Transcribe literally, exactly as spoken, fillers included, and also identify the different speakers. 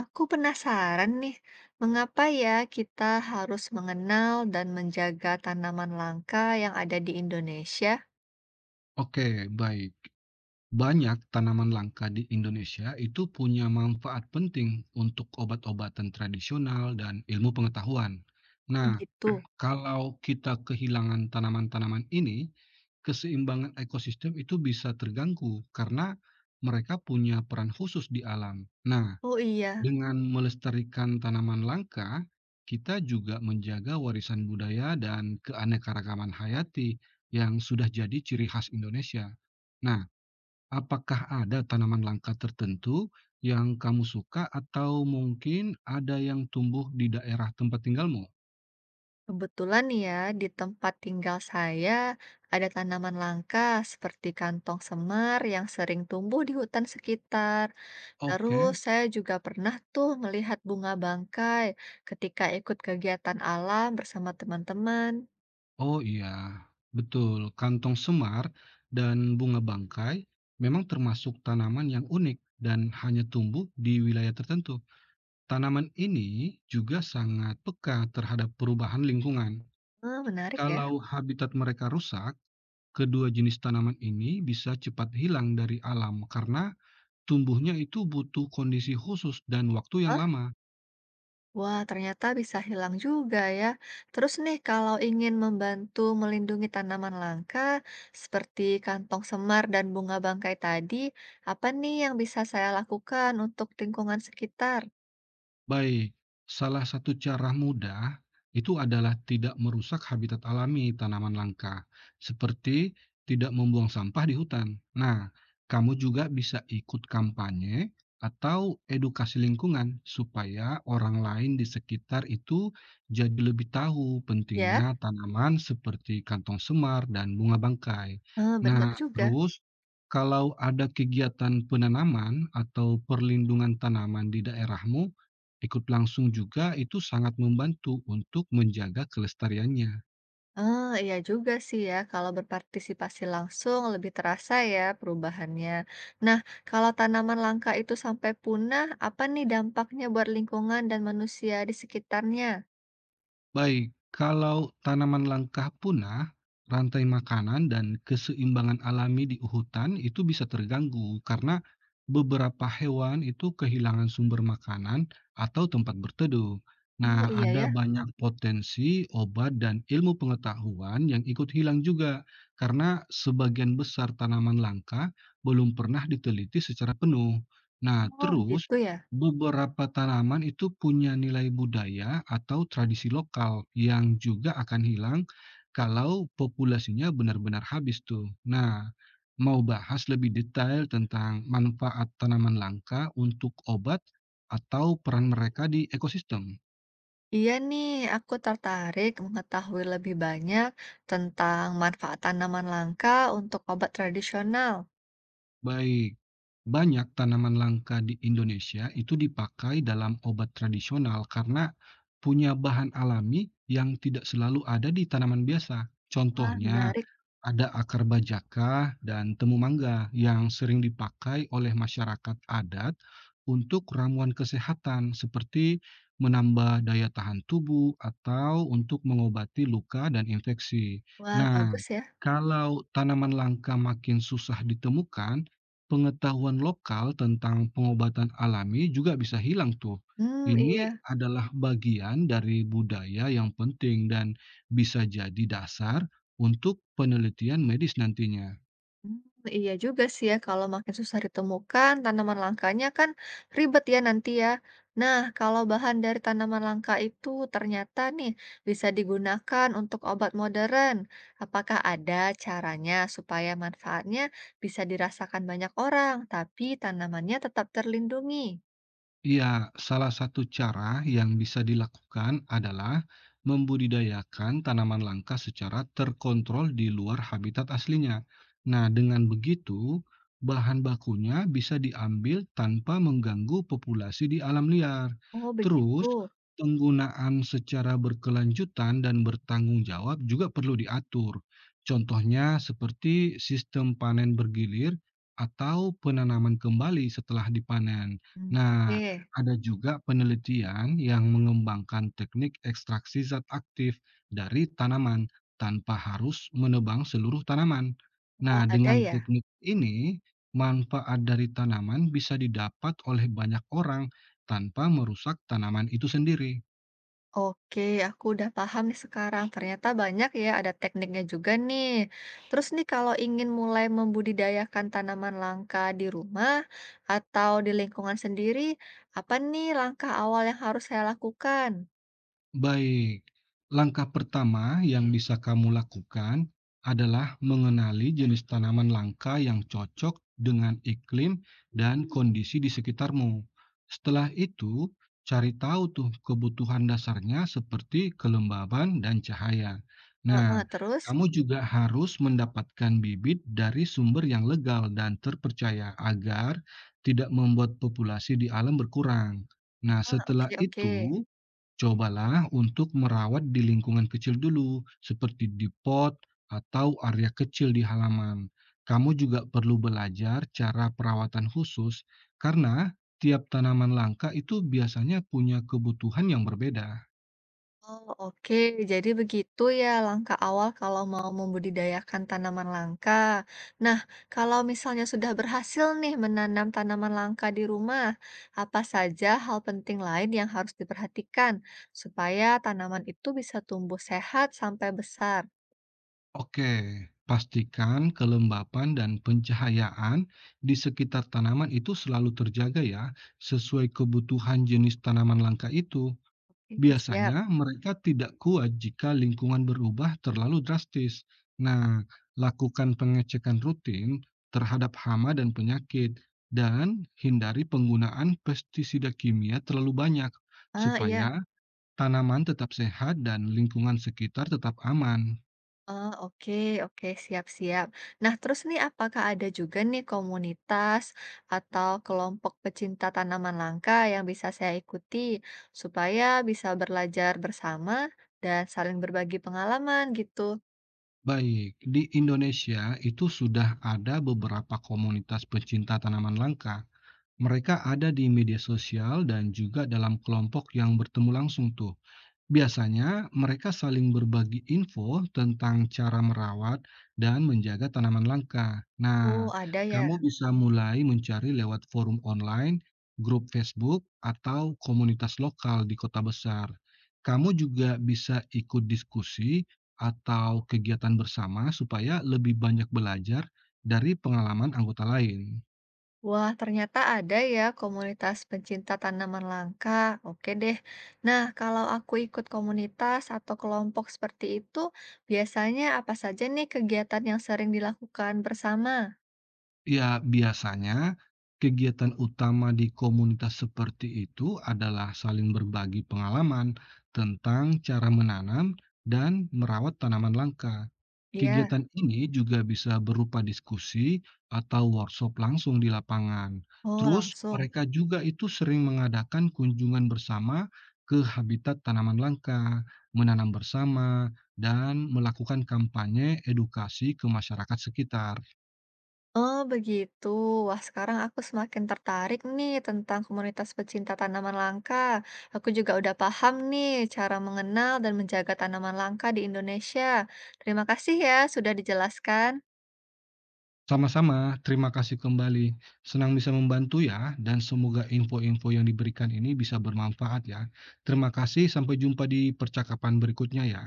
Speaker 1: Aku penasaran nih, mengapa ya kita harus mengenal dan menjaga tanaman langka yang ada di Indonesia?
Speaker 2: Oke, baik. Banyak tanaman langka di Indonesia itu punya manfaat penting untuk obat-obatan tradisional dan ilmu pengetahuan.
Speaker 1: Oh
Speaker 2: Nah,
Speaker 1: gitu.
Speaker 2: kalau kita kehilangan tanaman-tanaman ini, keseimbangan ekosistem itu bisa terganggu karena mereka punya peran khusus di alam. Nah,
Speaker 1: Oh iya,
Speaker 2: dengan melestarikan tanaman langka, kita juga menjaga warisan budaya dan keanekaragaman hayati yang sudah jadi ciri khas Indonesia. Nah, apakah ada tanaman langka tertentu yang kamu suka atau mungkin ada yang tumbuh di daerah tempat tinggalmu?
Speaker 1: kebetulan nih ya di tempat tinggal saya ada tanaman langka seperti kantong semar yang sering tumbuh di hutan sekitar. Terus
Speaker 2: Oke.
Speaker 1: saya juga pernah tuh melihat bunga bangkai ketika ikut kegiatan alam bersama teman-teman.
Speaker 2: Oh iya, betul. Kantong semar dan bunga bangkai memang termasuk tanaman yang unik dan hanya tumbuh di wilayah tertentu. Tanaman ini juga sangat peka terhadap perubahan lingkungan.
Speaker 1: Eh, menarik ya.
Speaker 2: Kalau habitat mereka rusak, kedua jenis tanaman ini bisa cepat hilang dari alam karena tumbuhnya itu butuh kondisi khusus dan waktu yang lama.
Speaker 1: Wah, ternyata bisa hilang juga ya. Terus nih, kalau ingin membantu melindungi tanaman langka seperti kantong semar dan bunga bangkai tadi, apa nih yang bisa saya lakukan untuk lingkungan sekitar?
Speaker 2: Baik, salah satu cara mudah itu adalah tidak merusak habitat alami tanaman langka, seperti tidak membuang sampah di hutan. Nah, kamu juga bisa ikut kampanye atau edukasi lingkungan supaya orang lain di sekitar itu jadi lebih tahu
Speaker 1: Ya,
Speaker 2: pentingnya tanaman seperti kantong semar dan bunga bangkai.
Speaker 1: eh, benar
Speaker 2: Nah,
Speaker 1: juga.
Speaker 2: terus kalau ada kegiatan penanaman atau perlindungan tanaman di daerahmu, ikut langsung juga itu sangat membantu untuk menjaga kelestariannya.
Speaker 1: Eh, iya juga sih ya, kalau berpartisipasi langsung lebih terasa ya perubahannya. Nah, kalau tanaman langka itu sampai punah, apa nih dampaknya buat lingkungan dan manusia di sekitarnya?
Speaker 2: Baik, kalau tanaman langka punah, rantai makanan dan keseimbangan alami di hutan itu bisa terganggu karena beberapa hewan itu kehilangan sumber makanan atau tempat berteduh.
Speaker 1: Oh
Speaker 2: Nah,
Speaker 1: iya
Speaker 2: ada
Speaker 1: ya.
Speaker 2: banyak potensi obat dan ilmu pengetahuan yang ikut hilang juga karena sebagian besar tanaman langka belum pernah diteliti secara penuh. Nah,
Speaker 1: Oh
Speaker 2: terus
Speaker 1: gitu ya.
Speaker 2: beberapa tanaman itu punya nilai budaya atau tradisi lokal yang juga akan hilang kalau populasinya benar-benar habis tuh. Nah, mau bahas lebih detail tentang manfaat tanaman langka untuk obat atau peran mereka di ekosistem?
Speaker 1: Iya nih, aku tertarik mengetahui lebih banyak tentang manfaat tanaman langka untuk obat tradisional.
Speaker 2: Baik, banyak tanaman langka di Indonesia itu dipakai dalam obat tradisional karena punya bahan alami yang tidak selalu ada di tanaman biasa.
Speaker 1: Wah,
Speaker 2: Contohnya,
Speaker 1: menarik.
Speaker 2: ada akar bajaka dan temu mangga yang sering dipakai oleh masyarakat adat untuk ramuan kesehatan seperti menambah daya tahan tubuh atau untuk mengobati luka dan infeksi.
Speaker 1: Wah,
Speaker 2: Nah,
Speaker 1: bagus ya.
Speaker 2: kalau tanaman langka makin susah ditemukan, pengetahuan lokal tentang pengobatan alami juga bisa hilang tuh.
Speaker 1: Hmm,
Speaker 2: Ini
Speaker 1: iya.
Speaker 2: adalah bagian dari budaya yang penting dan bisa jadi dasar untuk penelitian medis nantinya.
Speaker 1: Mmm, iya juga sih ya kalau makin susah ditemukan, tanaman langkanya kan ribet ya nanti ya. Nah, kalau bahan dari tanaman langka itu ternyata nih bisa digunakan untuk obat modern, apakah ada caranya supaya manfaatnya bisa dirasakan banyak orang, tapi tanamannya tetap terlindungi?
Speaker 2: Iya, salah satu cara yang bisa dilakukan adalah membudidayakan tanaman langka secara terkontrol di luar habitat aslinya. Nah, dengan begitu, bahan bakunya bisa diambil tanpa mengganggu populasi di alam liar.
Speaker 1: Oh
Speaker 2: Terus,
Speaker 1: begitu.
Speaker 2: penggunaan secara berkelanjutan dan bertanggung jawab juga perlu diatur. Contohnya seperti sistem panen bergilir atau penanaman kembali setelah dipanen.
Speaker 1: Mmm,
Speaker 2: Nah,
Speaker 1: oke.
Speaker 2: ada juga penelitian yang mengembangkan teknik ekstraksi zat aktif dari tanaman tanpa harus menebang seluruh tanaman.
Speaker 1: Wah
Speaker 2: Nah,
Speaker 1: ada
Speaker 2: dengan
Speaker 1: ya?
Speaker 2: teknik ini, manfaat dari tanaman bisa didapat oleh banyak orang tanpa merusak tanaman itu sendiri.
Speaker 1: Oke, aku udah paham nih sekarang. Ternyata banyak ya, ada tekniknya juga nih. Terus nih kalau ingin mulai membudidayakan tanaman langka di rumah atau di lingkungan sendiri, apa nih langkah awal yang harus saya lakukan?
Speaker 2: Baik, langkah pertama yang bisa kamu lakukan adalah mengenali jenis tanaman langka yang cocok dengan iklim dan kondisi di sekitarmu. Setelah itu, cari tahu tuh kebutuhan dasarnya seperti kelembaban dan cahaya.
Speaker 1: Heeh,
Speaker 2: Nah,
Speaker 1: terus?
Speaker 2: kamu juga harus mendapatkan bibit dari sumber yang legal dan terpercaya agar tidak membuat populasi di alam berkurang. Nah,
Speaker 1: Ah,
Speaker 2: setelah
Speaker 1: Oke, oke.
Speaker 2: itu, cobalah untuk merawat di lingkungan kecil dulu, seperti di pot atau area kecil di halaman. Kamu juga perlu belajar cara perawatan khusus, karena tiap tanaman langka itu biasanya punya kebutuhan yang berbeda.
Speaker 1: Oh, oke. Jadi begitu ya langkah awal kalau mau membudidayakan tanaman langka. Nah, kalau misalnya sudah berhasil nih menanam tanaman langka di rumah, apa saja hal penting lain yang harus diperhatikan supaya tanaman itu bisa tumbuh sehat sampai besar?
Speaker 2: Oke, pastikan kelembapan dan pencahayaan di sekitar tanaman itu selalu terjaga ya, sesuai kebutuhan jenis tanaman langka itu.
Speaker 1: Ini siap.
Speaker 2: Biasanya mereka tidak kuat jika lingkungan berubah terlalu drastis. Nah, lakukan pengecekan rutin terhadap hama dan penyakit dan hindari penggunaan pestisida kimia terlalu banyak
Speaker 1: Ah, iya.
Speaker 2: supaya tanaman tetap sehat dan lingkungan sekitar tetap aman.
Speaker 1: Oh, oke, oke, siap-siap. Nah, terus nih, apakah ada juga nih komunitas atau kelompok pecinta tanaman langka yang bisa saya ikuti supaya bisa belajar bersama dan saling berbagi pengalaman gitu?
Speaker 2: Baik, di Indonesia itu sudah ada beberapa komunitas pecinta tanaman langka. Mereka ada di media sosial dan juga dalam kelompok yang bertemu langsung tuh. Biasanya, mereka saling berbagi info tentang cara merawat dan menjaga tanaman langka. Nah,
Speaker 1: Oh, ada ya.
Speaker 2: kamu bisa mulai mencari lewat forum online, grup Facebook, atau komunitas lokal di kota besar. Kamu juga bisa ikut diskusi atau kegiatan bersama supaya lebih banyak belajar dari pengalaman anggota lain.
Speaker 1: Wah, ternyata ada ya komunitas pencinta tanaman langka. Oke deh. Nah, kalau aku ikut komunitas atau kelompok seperti itu, biasanya apa saja nih kegiatan yang sering dilakukan bersama?
Speaker 2: Ya, biasanya kegiatan utama di komunitas seperti itu adalah saling berbagi pengalaman tentang cara menanam dan merawat tanaman langka.
Speaker 1: Ya.
Speaker 2: Kegiatan ini juga bisa berupa diskusi atau workshop langsung di lapangan.
Speaker 1: Oh,
Speaker 2: Terus,
Speaker 1: langsung.
Speaker 2: mereka juga itu sering mengadakan kunjungan bersama ke habitat tanaman langka, menanam bersama, dan melakukan kampanye edukasi ke masyarakat sekitar.
Speaker 1: Oh, begitu. Wah, sekarang aku semakin tertarik nih tentang komunitas pecinta tanaman langka. Aku juga udah paham nih cara mengenal dan menjaga tanaman langka di Indonesia. Terima kasih ya sudah dijelaskan.
Speaker 2: Sama-sama, terima kasih kembali. Senang bisa membantu ya, dan semoga info-info yang diberikan ini bisa bermanfaat ya. Terima kasih, sampai jumpa di percakapan berikutnya ya.